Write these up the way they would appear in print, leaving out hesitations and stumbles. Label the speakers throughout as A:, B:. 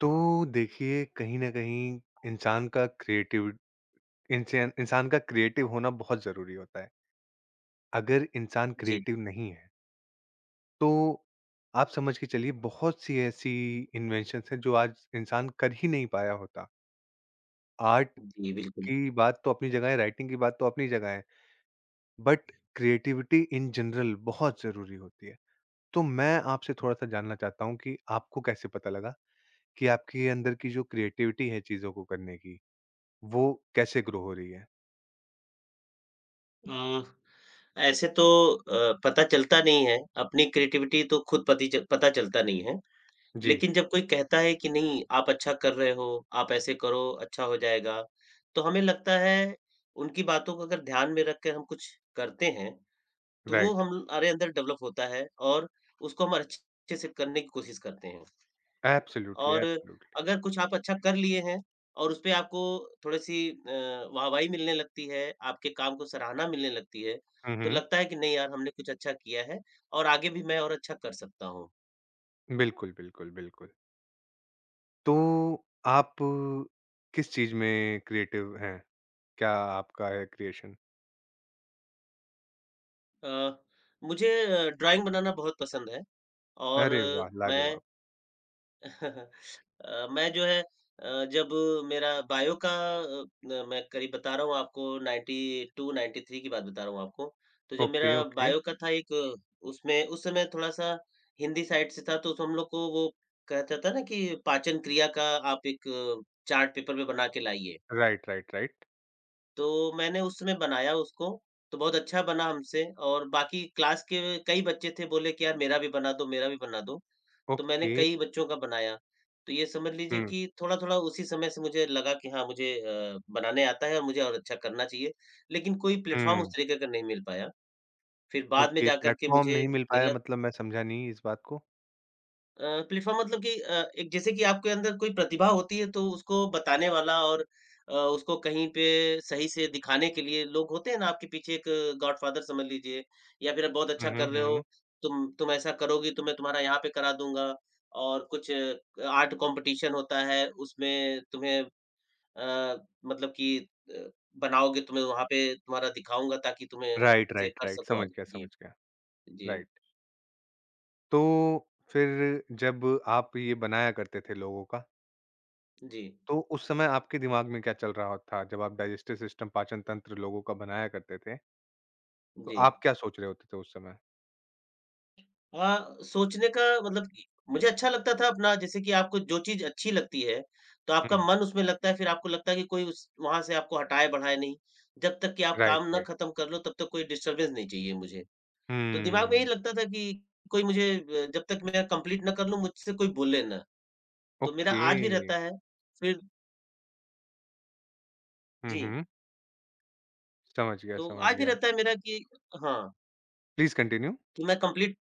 A: तो देखिए कहीं न कहीं इंसान का क्रिएटिव इंसान का क्रिएटिव होना बहुत ज़रूरी होता है। अगर इंसान
B: जी,
A: क्रिएटिव नहीं है, तो आप समझ के चलिए बहुत सी ऐसी इन्वेंशन्स हैं जो आज इंसान कर ही नहीं पाया होता। आर्ट
B: जी, बिल्कुल।
A: की बात तो अपनी जगह है, राइटिंग की बात तो अपनी जगह है, बट क्रिएटिविटी इन जनरल बहुत ज़रूरी होती है। तो मैं आपसे थोड़ा-सा जानना चाहता हूँ कि आपको कैसे पता लगा कि आपके अंदर की जो क्रिएटिविटी है चीज़ों को करने की, वो कैसे ग्रो हो रही है?
B: अ, ऐसे तो पता चलता नहीं है, अपनी क्रिएटिविटी तो खुद पति च पता चलता नहीं है।
A: जी,
B: लेकिन जब कोई कहता है कि नहीं आप अच्छा कर रहे हो, आप ऐसे करो अच्छा हो जाएगा, तो हमें लगता है उनकी बातों को अगर ध्यान में रख के हम कुछ करते हैं, तो वो
A: राइट।
B: हमारे अंदर डेवलप होता है और उसको हम अच्छे से करने की कोशिश करते हैं।
A: एब्सोल्युटली,
B: और
A: एब्सोल्युटली।
B: अगर कुछ आप अच्छा कर लिए हैं और उसपे आपको थोड़ी-सी वाहवाही मिलने लगती है, आपके काम को सराहना मिलने लगती है,
A: हुँ,
B: तो
A: हुँ।
B: लगता है कि नहीं यार हमने कुछ अच्छा किया है और आगे भी मैं और अच्छा कर सकता हूँ।
A: बिल्कुल, बिल्कुल, बिल्कुल। तो आप किस चीज़ में क्रिएटिव हैं? क्या आपका है क्रिएशन?
B: अ, मुझे ड्राइंग बनाना बहुत पसंद है और
A: अरे वाह!
B: मैं
A: लाजवाब।
B: मैं जो है जब मेरा बायो का अ, न मैं करीब बता रहा हूँ आपको 92-93 की बात बता रहा हूँ आपको। तो जब मेरा
A: ओके, ओके।
B: बायो का था एक उसमें उस समय थोड़ा-सा हिंदी साइड से था, तो उसमें हम लोग को वो कहता था ना कि पाचन क्रिया का आप एक चार्ट पेपर में बना के लाइए।
A: Right, right, right.
B: तो मैंने उस समय बनाया उसको, तो बहुत अच्छा बना हमसे और बाकी क्लास के कई बच्चे थे, बोले कि यार मेरा भी बना दो, मेरा भी बना दो। तो मैंने
A: ओके।
B: कई बच्चों का बनाया। तो ये समझ लीजिए
A: हुँ,
B: कि थोड़ा-थोड़ा उसी समय से मुझे लगा कि हाँ, मुझे बनाने आता है और मुझे और अच्छा करना चाहिए। लेकिन कोई प्लेटफ़ॉर्म उस
A: हुँ।
B: तरीके का नहीं मिल पाया। फिर बाद में
A: ओके,
B: जाकर के
A: प्लेटफ़ॉर्म
B: मुझे
A: नहीं मिल पाया
B: मिला
A: मतलब मैं समझा नहीं इस बात को।
B: अ, प्लेटफ़ॉर्म मतलब कि एक जैसे कि आपके अंदर कोई प्रतिभा होती है तो उसको बताने वाला और उसको कहीं पे सही से दिखाने के लिए लोग होते हैं ना आपके पीछे एक गॉडफ़ादर समझ लीजिए या फिर आप बहुत
A: हुँ,
B: अच्छा
A: हुँ,
B: कर रहे
A: हुँ,
B: हो,
A: हुँ।
B: तुम ऐसा करोगी तो मैं तुम्हारा यहाँ पे करा दूँगा और कुछ आर्ट कॉम्पिटिशन होता है उसमें तुम्हें अ, मतलब कि अ, बनाओगे तुम्हें वहाँ पे तुम्हारा दिखाऊँगा ताकि तुम्हें
A: राइट,
B: अच्छे से
A: राइट,
B: कर
A: राइट।
B: सको
A: समझ
B: आगे।
A: गया,
B: जी,
A: समझ गया।
B: जी,
A: राइट। तो फिर जब आप ये बनाया करते थे लोगों का
B: जी,
A: तो उस समय आपके दिमाग में क्या चल रहा था जब आप डाइजेस्टिव सिस्टम पाचन तंत्र लोगों का बनाया करते थे, तो
B: जी।
A: आप क्या सोच रहे होते थे उस समय?
B: सोचने का मतलब कि मुझे अच्छा लगता था अपना जैसे कि आपको जो चीज़ अच्छी लगती है, तो आपका
A: हुँ,
B: मन उसमें लगता है, फिर आपको लगता है कि कोई उस वहाँ से आपको हटाए-बढ़ाए नहीं। जब तक कि आप
A: राइट,
B: काम ना
A: राइट।
B: खत्म कर लो, तब तक कोई डिस्टर्बेंस नहीं चाहिए मुझे। तो दिमाग में यही
A: हुँ,
B: लगता था कि कोई मुझे जब तक मैं कंप्लीट ना कर लूँ, मुझसे कोई बोले ना। तो मेरा
A: ओके।
B: आज भी रहता है फिर
A: हुँ,
B: जी,
A: हुँ। समझ गया,
B: तो
A: समझ
B: आज भी
A: गया।
B: रहता है मेरा कि हाँ,
A: प्लीज़ कंटिन्यू।
B: कि मैं कंप्लीट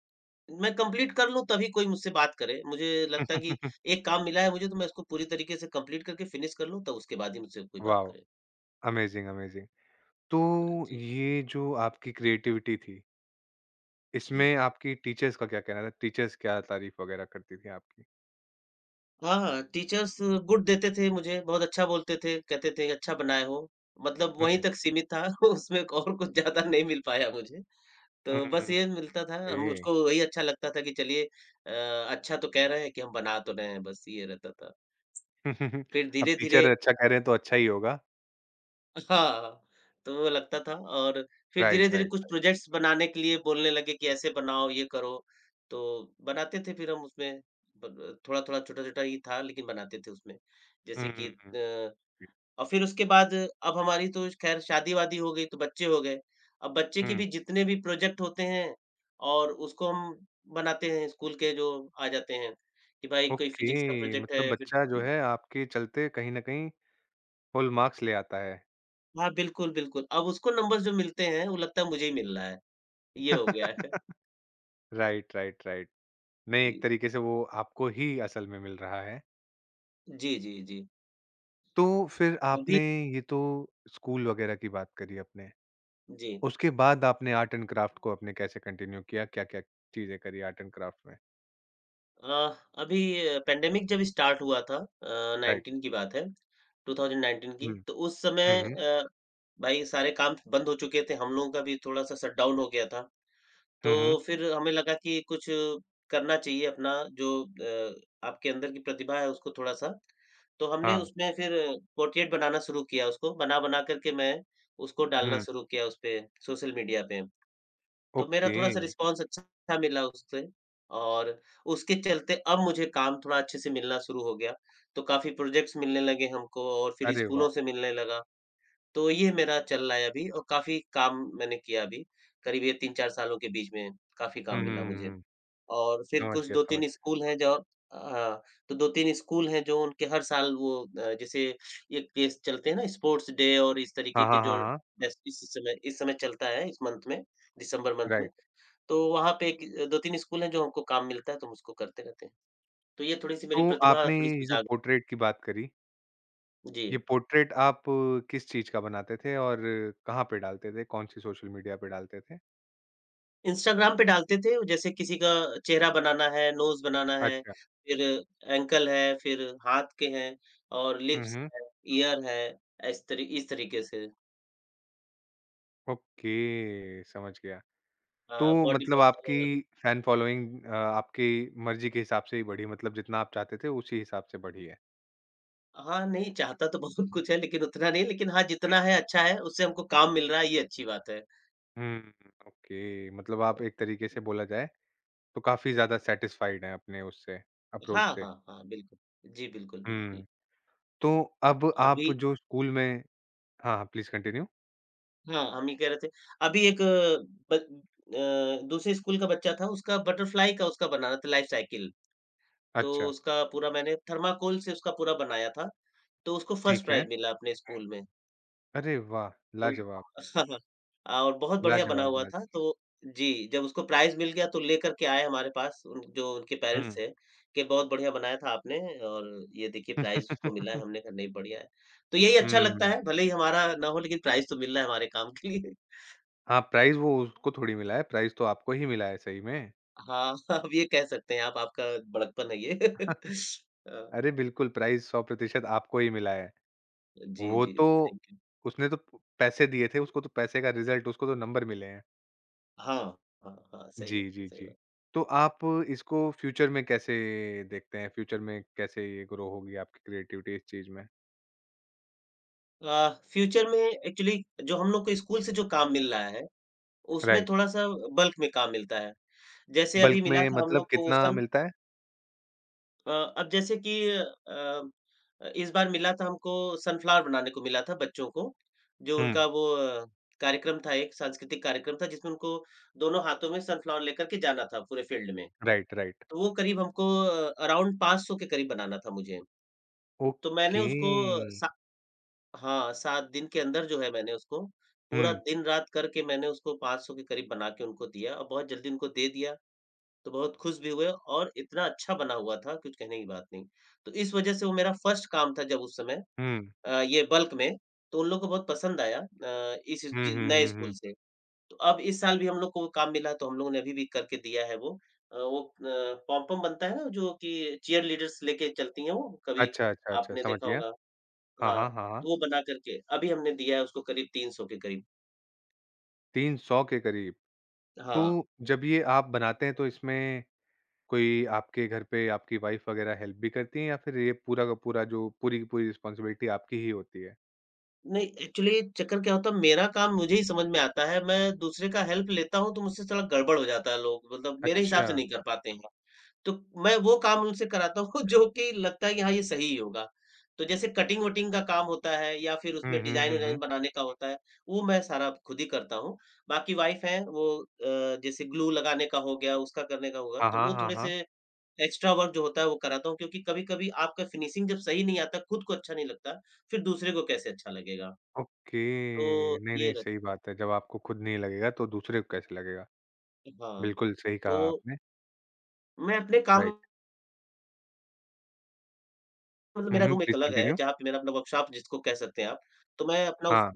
B: मैं कंप्लीट कर लूँ तभी कोई मुझसे बात करे। मुझे लगता है कि एक काम मिला है मुझे तो मैं उसको पूरी तरीके से कंप्लीट करके फिनिश कर लूँ, तब उसके बाद ही मुझसे कोई बात
A: वॉव!
B: करे।
A: Amazing, amazing. तो
B: जी,
A: ये जो आपकी क्रिएटिविटी थी,
B: जी।
A: इसमें आपकी टीचर्स का क्या कहना था? टीचर्स क्या तारीफ़ वगैरह करती थी आपकी?
B: हाँ, हाँ टीचर्स गुड देते थे मुझे, बहुत अच्छा बोलते थे, कहते थे अच्छा बनाए हो। मतलब
A: हुँ,
B: वहीं
A: हुँ,
B: तक सीमित था उसमें और कुछ ज़्यादा नहीं मिल पाया मुझे। तो बस ये मिलता था, मुझको
A: ओके।
B: वही अच्छा लगता था कि चलिए अ, अच्छा तो कह रहे हैं कि हम बना तो रहे हैं, बस ये रहता था। फिर
A: अब
B: धीरे-धीरे
A: टीचर अच्छा कह रहे हैं तो अच्छा ही होगा।
B: हाँ, तो वो लगता था और फिर
A: राइट,
B: धीरे-धीरे
A: राइट,
B: कुछ
A: राइट।
B: प्रोजेक्ट्स बनाने के लिए बोलने लगे कि ऐसे बनाओ, ये करो, तो बनाते थे फिर हम उसमें ब ब थोड़ा-थोड़ा, छोटा-छोटा ही था लेकिन बनाते थे उसमें। जैसे कि
A: हुँ, हुँ।
B: और फिर उसके बाद अब हमारी तो खैर शादी-वादी हो गई तो बच्चे हो गए। अब बच्चे के
A: हुँ,
B: भी जितने भी प्रोजेक्ट होते हैं और उसको हम बनाते हैं स्कूल के जो आ जाते हैं, कि भाई कोई फिज़िक्स का
A: ओके
B: प्रोजेक्ट
A: मतलब
B: है फिर
A: बच्चा जो है आपके चलते कहीं न कहीं फुल मार्क्स ले आता है।
B: हाँ, बिल्कुल, बिल्कुल। अब उसको नंबर्स जो मिलते हैं वो लगता है मुझे ही मिल रहा है। ये हो गया है।
A: Right, right, right. नहीं, एक
B: जी,
A: तरीके से वो आपको ही असल में मिल रहा है।
B: जी, जी, जी।
A: तो फिर
B: अभी
A: आपने ये तो स्कूल वगैरह की बात करी अपने,
B: जी।
A: उसके बाद आपने आर्ट एंड क्राफ्ट को अपने कैसे कंटिन्यू किया? क्या-क्या चीज़ें करी आर्ट एंड क्राफ्ट में?
B: अ, अभी पैंडेमिक जब स्टार्ट हुआ था
A: राइट,
B: 19 की बात है, 2019
A: हुँ,
B: की, तो उस
A: हुँ,
B: समय
A: हुँ,
B: भाई सारे काम बंद हो चुके थे, हम लोगों का भी थोड़ा-सा शटडाउन हो गया था। तो
A: हुँ, हुँ,
B: फिर हमें लगा कि कुछ करना चाहिए अपना जो आपके अंदर की प्रतिभा है उसको थोड़ा-सा। तो हमने
A: हाँ,
B: उसमें फिर पोर्ट्रेट बनाना शुरू किया उसको, बना-बना कर के मैं उसको डालना
A: हुँ,
B: शुरू किया उसपे सोशल मीडिया पे। तो मेरा
A: ओके,
B: थोड़ा-सा रिस्पॉन्स अच्छा मिला उससे और उसके चलते अब मुझे काम थोड़ा अच्छे से मिलना शुरू हो गया। तो काफ़ी प्रोजेक्ट्स मिलने लगे हमको और फिर
A: अरे वाह!
B: स्कूलों से मिलने लगा। तो ये मेरा चल रहा है अभी और काफ़ी काम मैंने किया अभी। करीब ये 3-4 सालों के बीच में काफ़ी
A: हुँ,
B: काम मिला
A: हुँ, हुँ,
B: मुझे।
A: हुँ,
B: और फिर
A: समझ
B: कुछ
A: गया, समझ
B: 2-3
A: गया।
B: स्कूल हैं जो हाँ, तो 2-3 स्कूल हैं जो उनके हर साल वो जैसे ये केस चलते हैं ना स्पोर्ट्स डे और इस
A: हाँ,
B: तरीके के
A: हाँ, हाँ,
B: जो
A: हाँ,
B: जैसे इस समय चलता है इस मंथ में, दिसंबर मंथ में।
A: राइट।
B: तो वहाँ पे एक 2-3 स्कूल हैं जो हमको काम मिलता है तो हम उसको करते रहते हैं। तो ये थोड़ी-सी मेरी
A: तो
B: प्रतिभा
A: आपने
B: थोड़ी-सी
A: ये जो
B: उजागर
A: पोर्ट्रेट की बात करी,
B: जी।
A: ये पोर्ट्रेट आप किस चीज़ का बनाते थे और कहाँ पे डालते थे? कौन सी सोशल मीडिया पे डालते थे?
B: इंस्टाग्राम पे डालते थे जैसे किसी का चेहरा बनाना है, नोज़ बनाना है,
A: अच्छा।
B: फिर एंकल है, फिर हाथ के हैं और
A: हुँ,
B: लिप्स
A: हुँ।
B: है, ईयर है, इस तरीके से
A: ओके, समझ गया। तो
B: बॉडी
A: मतलब
B: पार्ट्स
A: आपकी
B: अलग-अलग।
A: फैन फॉलोइंग आपकी मर्ज़ी के हिसाब से ही बढ़ी, मतलब जितना आप चाहते थे उसी हिसाब से बढ़ी है।
B: हाँ, नहीं चाहता तो बहुत कुछ है लेकिन उतना नहीं लेकिन हाँ, जितना है अच्छा है, उससे हमको काम मिल रहा है ये अच्छी बात है।
A: हुँ, ओके। मतलब आप एक तरीके से बोला जाए तो काफ़ी ज़्यादा सैटिस्फाइड हैं अपने उससे, अप्रोच
B: हाँ,
A: से।
B: हाँ, हाँ, बिल्कुल। जी, बिल्कुल,
A: हुँ।
B: बिल्कुल।
A: तो अब
B: अभी
A: आप जो स्कूल में हाँ, हाँ, प्लीज़ कंटिन्यू।
B: हाँ, हम ये कह रहे थे। अभी एक दूसरे स्कूल का बच्चा था, उसका बटरफ्लाई का उसका बनाना था लाइफ़ साइकिल। तो
A: अच्छा,
B: उसका पूरा मैंने थर्माकोल से उसका पूरा बनाया था, तो उसको फर्स्ट
A: ठीक है।
B: प्राइज़ मिला अपने स्कूल में।
A: अरे वाह!
B: तो
A: लाजवाब,
B: हाँ, हाँ और बहुत बढ़िया बना
A: लाजवाब,
B: हुआ
A: लाजवाब।
B: था। तो जी, जब उसको प्राइज़ मिल गया तो लेकर के आए हमारे पास उन जो उनके पेरेंट्स
A: हुँ।
B: थे, कि बहुत बढ़िया बनाया था आपने और ये देखिए प्राइज़ उसको मिला है।
A: हुँ।
B: हमने कहा नहीं बढ़िया है। तो यही अच्छा लगता है, भले ही हमारा ना हो लेकिन प्राइज़ तो मिल रहा है हमारे काम के लिए।
A: हाँ, प्राइज़ वो उसको थोड़ी मिला है, प्राइज़ तो आपको ही मिला है सही में।
B: हाँ, अब ये कह सकते हैं आप, आपका बड़कपन है ये। अ,
A: अरे बिल्कुल, प्राइज़ 100% आपको ही मिला है।
B: जी,
A: वो
B: जी,
A: तो
B: थैंक यू।
A: उसने तो प पैसे दिए थे, उसको तो पैसे का रिज़ल्ट, उसको तो नंबर मिले हैं।
B: हाँ, हाँ, हाँ, सही बात
A: जी,
B: है,
A: जी,
B: सही
A: जी।
B: बात।
A: तो आप इसको फ्यूचर में कैसे देखते हैं? फ्यूचर में कैसे ये ग्रो होगी आपकी क्रिएटिविटी इस चीज़ में?
B: फ्यूचर में एक्चुअली जो हम लोग को स्कूल से जो काम मिल रहा है, उसमें
A: राइट।
B: थोड़ा-सा बल्क में काम मिलता है। जैसे
A: बल्क
B: अभी मिला
A: में
B: था हम
A: मतलब
B: लोग को
A: कितना मिलता है?
B: अ, अब जैसे कि इस बार मिला था हमको सनफ्लावर बनाने को मिला था बच्चों को, जो
A: हुँ।
B: उनका वो कार्यक्रम था एक सांस्कृतिक कार्यक्रम था जिसमें उनको दोनों हाथों में सनफ्लावर लेकर के जाना था पूरे फील्ड में।
A: Right, right.
B: तो वो करीब हमको अराउंड 500 के करीब बनाना था मुझे। तो मैंने
A: ओके।
B: उसको सा हाँ, 7 दिन के अंदर जो है मैंने उसको पूरा
A: हुँ।
B: दिन-रात करके मैंने उसको 500 के करीब बना के उनको दिया और बहुत जल्दी उनको दे दिया। तो बहुत खुश भी हुए और इतना अच्छा बना हुआ था कुछ कहने की बात नहीं। तो इस वज़ह से वो मेरा फर्स्ट काम था जब उस समय
A: हुँ।
B: ये बल्क में, तो उन लोगों को बहुत पसंद आया इस
A: हुँ,
B: ज
A: हुँ,
B: नए
A: हुँ, हुँ।
B: स्कूल से। तो अब इस साल भी हम लोग को काम मिला तो हम लोगों ने अभी भी करके दिया है वो। वो पॉम-पॉम बनता है ना जो कि चीयरलीडर्स लेके चलती हैं वो, कभी
A: अच्छा, अच्छा, अच्छा,
B: आपने
A: समझ
B: देखा
A: गया।
B: होगा।
A: हाँ,
B: हाँ,
A: हाँ, हाँ, हाँ।
B: तो वो बना कर के अभी हमने दिया है उसको करीब 300 के करीब।
A: 300 के करीब। तो
B: हाँ।
A: जब ये आप बनाते हैं तो इसमें कोई आपके घर पे आपकी वाइफ़ वग़ैरह हेल्प भी करती हैं या फिर ये पूरा का पूरा जो पूरी की पूरी रिस्पॉन्सिबिलिटी आपकी ही होती है?
B: नहीं, एक्चुअली चक्कर क्या होता है मेरा काम मुझे ही समझ में आता है, मैं दूसरे का हेल्प लेता हूँ तो मुझसे थोड़ा गड़बड़ हो जाता है लोग मतलब मेरे हिसाब
A: अच्छा।
B: से नहीं कर पाते हैं। तो मैं वो काम उनसे कराता हूँ जो कि लगता है कि हाँ, ये सही होगा। तो जैसे कटिंग-वटिंग का काम होता है या फिर
A: हुँ,
B: उसमें
A: हुँ, हुँ, हुँ।
B: डिज़ाइन-विज़ाइन बनाने का होता है, वो मैं सारा खुद ही करता हूँ। बाकी वाइफ़ हैं वो जैसे ग्लू लगाने का हो गया, उसका करने का होगा,
A: हाँ,
B: तो
A: हाँ,
B: वो
A: हाँ,
B: थोड़े
A: हाँ।
B: से एक्स्ट्रा वर्क जो होता है वो कराता हूँ क्योंकि कभी-कभी आपका फिनिशिंग जब सही नहीं आता, खुद को अच्छा नहीं लगता, फिर दूसरे को कैसे अच्छा लगेगा।
A: ओके।
B: तो
A: नहीं,
B: ये
A: नहीं,
B: रहता
A: सही बात है। जब आपको खुद नहीं लगेगा तो दूसरे को कैसे लगेगा।
B: है हाँ,
A: बिल्कुल सही कहा
B: तो
A: आपने।
B: मैं अपने काम
A: राइट।
B: मतलब
A: हुँ,
B: मेरा
A: हुँ,
B: रूम एक
A: प्लीज़
B: अलग है,
A: कंटिन्यू।
B: जहाँ पे मेरा अपना वर्कशॉप जिसको कह सकते हैं आप, तो मैं अपना उस
A: हाँ।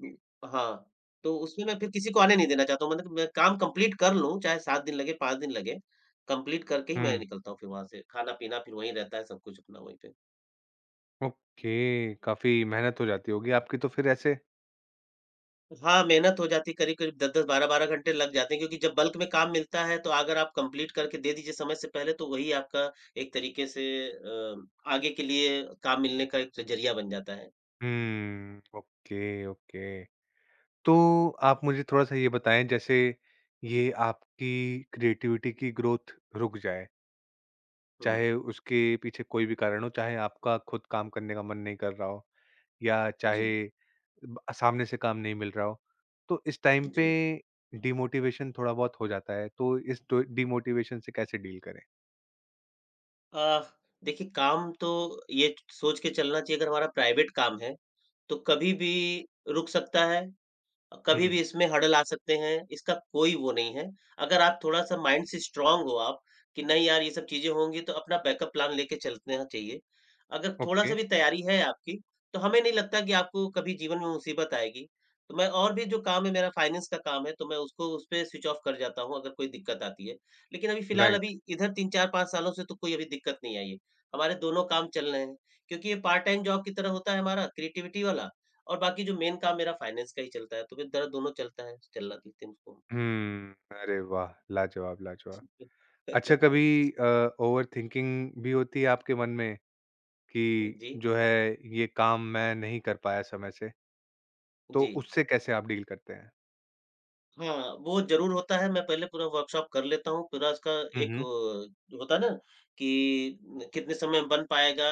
B: हाँ, तो उसमें मैं फिर किसी को आने नहीं देना चाहता हूँ मतलब मैं काम कंप्लीट कर लूँ, चाहे 7 दिन लगे, 5 दिन लगे, कंप्लीट करके ही मैं
A: हुँ।
B: निकलता हूँ फिर वहाँ से, खाना-पीना फिर वहीं रहता है सब कुछ अपना वहीं पे।
A: ओके, काफ़ी मेहनत हो जाती होगी आपकी तो फिर ऐसे?
B: हाँ, मेहनत हो जाती है करीब-करीब 10-10, 12-12 घंटे लग जाते हैं क्योंकि जब बल्क में काम मिलता है तो अगर आप कंप्लीट करके दे दीजिए समय से पहले तो वही आपका एक तरीके से अ, आगे के लिए काम मिलने का एक ज़रिया बन जाता है।
A: हुँ, ओके, ओके। तो आप मुझे थोड़ा-सा ये बताएँ जैसे
B: जी।
A: ये आपकी क्रिएटिविटी की ग्रोथ रुक जाए,
B: हुँ।
A: चाहे उसके पीछे कोई भी कारण हो, चाहे आपका खुद काम करने का मन नहीं कर रहा हो या चाहे
B: जी,
A: ब सामने से काम नहीं मिल रहा हो, तो इस टाइम पे
B: जी।
A: डिमोटिवेशन थोड़ा बहुत हो जाता है, तो इस डो डिमोटिवेशन से कैसे डील करें?
B: अ, देखिए काम तो ये सोच के चलना चाहिए अगर हमारा प्राइवेट काम है, तो कभी भी रुक सकता है कभी
A: हुँ,
B: भी इसमें हर्डल आ सकते हैं, इसका कोई वो नहीं है। अगर आप थोड़ा-सा माइंड से स्ट्रॉन्ग हो आप, कि नहीं यार ये सब चीज़ें होंगी तो अपना बैकअप प्लान लेके चलना चाहिए। अगर
A: ओके,
B: थोड़ा-सा भी तैयारी है आपकी, तो हमें नहीं लगता कि आपको कभी जीवन में मुसीबत आएगी। तो मैं और भी जो काम है मेरा फाइनेंस का काम है, तो मैं उसको उसपे स्विच ऑफ कर जाता हूँ अगर कोई दिक्कत आती है। लेकिन अभी फिलहाल
A: राइट।
B: अभी इधर 3-4-5 सालों से तो कोई अभी दिक्कत नहीं आई है। हमारे दोनों काम चल रहे हैं, क्योंकि ये पार्ट टाइम जॉब की तरह होता है हमारा क्रिएटिविटी वाला, और बाकी जो मेन काम मेरा फाइनेंस का ही चलता है, तो फिर दर दोनों चलता है, चलना देते हैं उसको।
A: हुँ, अरे वाह! लाजवाब, लाजवाब। अच्छा कभी अ, ओवरथिंकिंग भी होती है आपके मन में कि
B: जी,
A: जो है ये काम मैं नहीं कर पाया समय से, तो
B: जी।
A: उससे कैसे आप डील करते हैं?
B: हाँ, वो ज़रूर होता है, मैं पहले पूरा वर्कशॉप कर लेता हूँ, पूरा उसका
A: हुँ,
B: एक
A: हुँ,
B: जो होता है ना कि न कितने समय में बन पाएगा,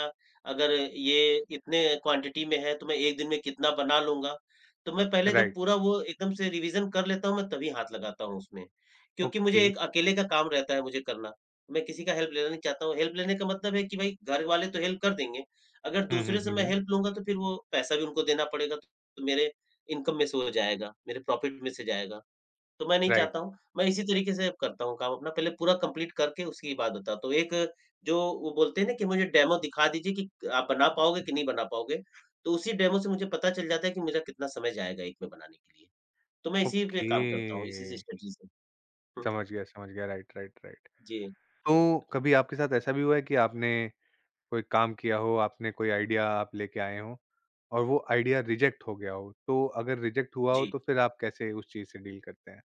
B: अगर ये इतने क्वांटिटी में है, तो मैं 1 दिन में कितना बना लूँगा। तो मैं पहले जब
A: राइट,
B: पूरा वो एकदम से रिवीज़न कर लेता हूँ, मैं तभी हाथ लगाता हूँ उसमें, क्योंकि मुझे
A: ओके।
B: एक अकेले का काम रहता है मुझे करना। मैं किसी का हेल्प लेना नहीं चाहता हूँ, हेल्प लेने का मतलब है कि भाई घर वाले तो हेल्प कर देंगे, अगर
A: हुँ, हुँ,
B: दूसरे से
A: हुँ,
B: मैं
A: हुँ,
B: हेल्प लूँगा, तो फिर वो पैसा भी उनको देना पड़ेगा, तो मेरे इनकम में से वो जाएगा, मेरे प्रॉफ़िट में से जाएगा। तो मैं नहीं
A: राइट,
B: चाहता हूँ। मैं इसी तरीके से करता हूँ काम अपना, पहले पूरा कंप्लीट करके उसके बाद होता है। तो एक जो वो बोलते हैं ना कि मुझे डेमो दिखा दीजिए कि आप बना पाओगे कि नहीं बना पाओगे। तो उसी डेमो से मुझे पता चल जाता है कि मेरा कितना समय जाएगा एक में बनाने के लिए। तो मैं इसी पे
A: ओके।
B: काम करता हूँ, इसी से स्ट्रेटजी से। हुँ,
A: समझ गया, राइट, राइट, राइट।
B: जी।
A: तो कभी आपके साथ ऐसा भी हुआ है कि आपने कोई काम किया हो, आपने कोई आइडिया आप लेके आए हों और वो आइडिया रिजेक्ट हो गया हो, तो अगर रिजेक्ट हुआ हो
B: जी।
A: तो फिर आप कैसे उस चीज़ से डील करते हैं?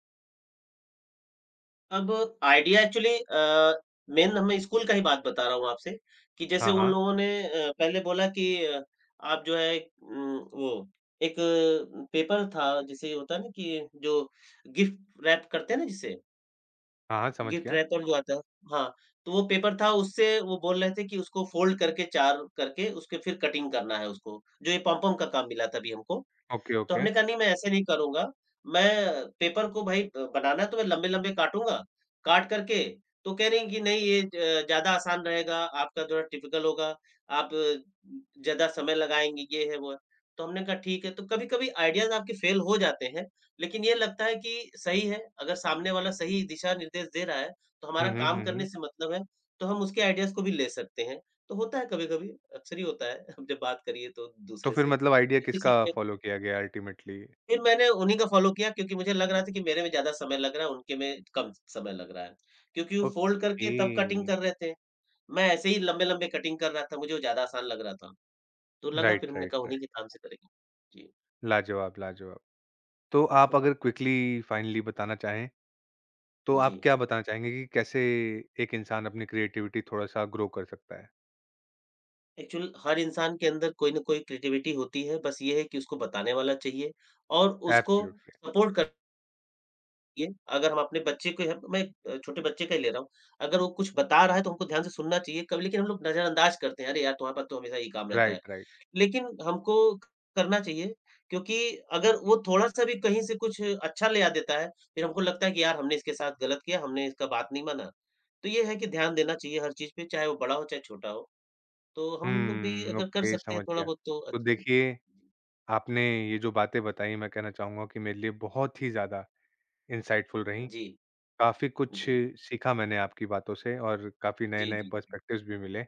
B: अब आइडिया एक्चुअली मेन मैं स्कूल का ही बात बता रहा हूँ आपसे कि जैसे
A: हाँ,
B: उन
A: हाँ।
B: लोगों ने पहले बोला कि आप जो है वो एक पेपर था जैसे होता है ना कि जो गिफ्ट रैप करते हैं ना जिसे
A: हाँ, हाँ, समझ
B: गिफ्ट
A: गया।
B: रैपर जो आता है हाँ, तो वो पेपर था उससे वो बोल रहे थे कि उसको फोल्ड करके 4 करके उसके फिर कटिंग करना है उसको, जो ये पॉम-पॉम का काम मिला था अभी हमको।
A: ओके,
B: तो
A: ओके।
B: हमने कहा नहीं मैं ऐसे नहीं करूँगा, मैं पेपर को भाई बनाना है तो मैं लंबे-लंबे काटूँगा, काट कर के तो कह रही हैं कि नहीं ये ज ज़्यादा आसान रहेगा, आपका थोड़ा टिपिकल होगा, आप ज़्यादा समय लगाएँगी, ये है, वो है। तो हमने कहा ठीक है, तो कभी-कभी आइडियाज़ आपके फेल हो जाते हैं, लेकिन ये लगता है कि सही है, अगर सामने वाला सही दिशा-निर्देश दे रहा है, तो
A: हुँ,
B: हमारा
A: हुँ,
B: काम
A: हुँ, हुँ।
B: करने से मतलब है, तो हम उसके आइडियाज़ को भी ले सकते हैं। तो होता है कभी-कभी, अक्सर ही होता है, हम जब बात करिए तो
A: तो
B: दूसरे
A: फिर
B: से।
A: मतलब आइडिया
B: कर ही
A: किसका
B: सकते हैं।
A: फ़ॉलो किया गया अल्टीमेटली?
B: फिर मैंने उन्हीं का फ़ॉलो किया क्योंकि मुझे लग रहा था कि मेरे में ज़्यादा समय लग रहा है, उनके में कम समय लग रहा है। क्योंकि वो फ़ोल्ड
A: ओके।
B: करके तब कटिंग कर रहे थे, मैं ऐसे ही लंबे-लंबे कटिंग कर रहा था, मुझे वो ज़्यादा आसान लग रहा था। तो लगा फिर
A: राइट,
B: हमने
A: राइट,
B: कहा उन्हीं
A: राइट।
B: के काम से करेंगे। जी।
A: लाजवाब, लाजवाब। तो आप अगर क्विकली फाइनली बताना चाहें, तो
B: जी।
A: आप क्या बताना चाहेंगे कि कैसे एक इंसान अपनी क्रिएटिविटी थोड़ा-सा ग्रो कर सकता है?
B: एक्चुअल हर इंसान के अंदर कोई ना कोई क्रिएटिविटी होती है, बस ये है कि उसको बताने वाला चाहिए और उसको
A: एब्सोल्युटली।
B: सपोर्ट कर ये अगर हम अपने बच्चे को छोटे बच्चे का ही ले रहा हूँ, अगर वो कुछ बता रहा है तो हमको ध्यान से सुनना चाहिए, कब लेकिन हम लोग नज़रअंदाज करते हैं, "अरे यार! तुम्हारे पास तो हमेशा ये काम रहता है।"
A: Right, right.
B: लेकिन हमको करना चाहिए क्योंकि अगर वो थोड़ा-सा भी कहीं से कुछ अच्छा ले आ देता है, फिर हमको लगता है कि यार हमने इसके साथ गलत किया, हमने इसका बात नहीं माना। तो ये है कि ध्यान देना चाहिए हर चीज़ पे, चाहे वो बड़ा हो, चाहे छोटा हो। तो हम लोग भी
A: हुँ,
B: अगर कर
A: ओके
B: सकते हैं
A: समझ
B: थोड़ा
A: गया।
B: बहुत तो
A: तो
B: अच्छा ही
A: देखिए, आपने ये जो बातें बताई मैं कहना चाहूँगा कि मेरे लिए बहुत ही ज़्यादा इनसाइटफुल रहीं।
B: जी,
A: काफ़ी कुछ
B: जी।
A: सीखा मैंने आपकी बातों से और काफ़ी
B: जी,
A: नए-नए
B: जी, जी।
A: पर्सपेक्टिव्स भी मिले।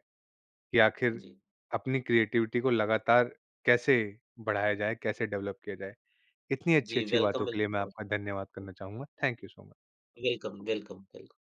A: कि आखिर
B: जी,
A: अपनी क्रिएटिविटी को लगातार कैसे बढ़ाया जाए, कैसे डेवलप किया जाए। इतनी
B: जी
A: अच्छी-अच्छी
B: वेलकम,
A: बातों के लिए मैं
B: वेलकम।
A: आपका धन्यवाद करना चाहूँगा। Thank you so much.
B: Welcome, welcome, welcome.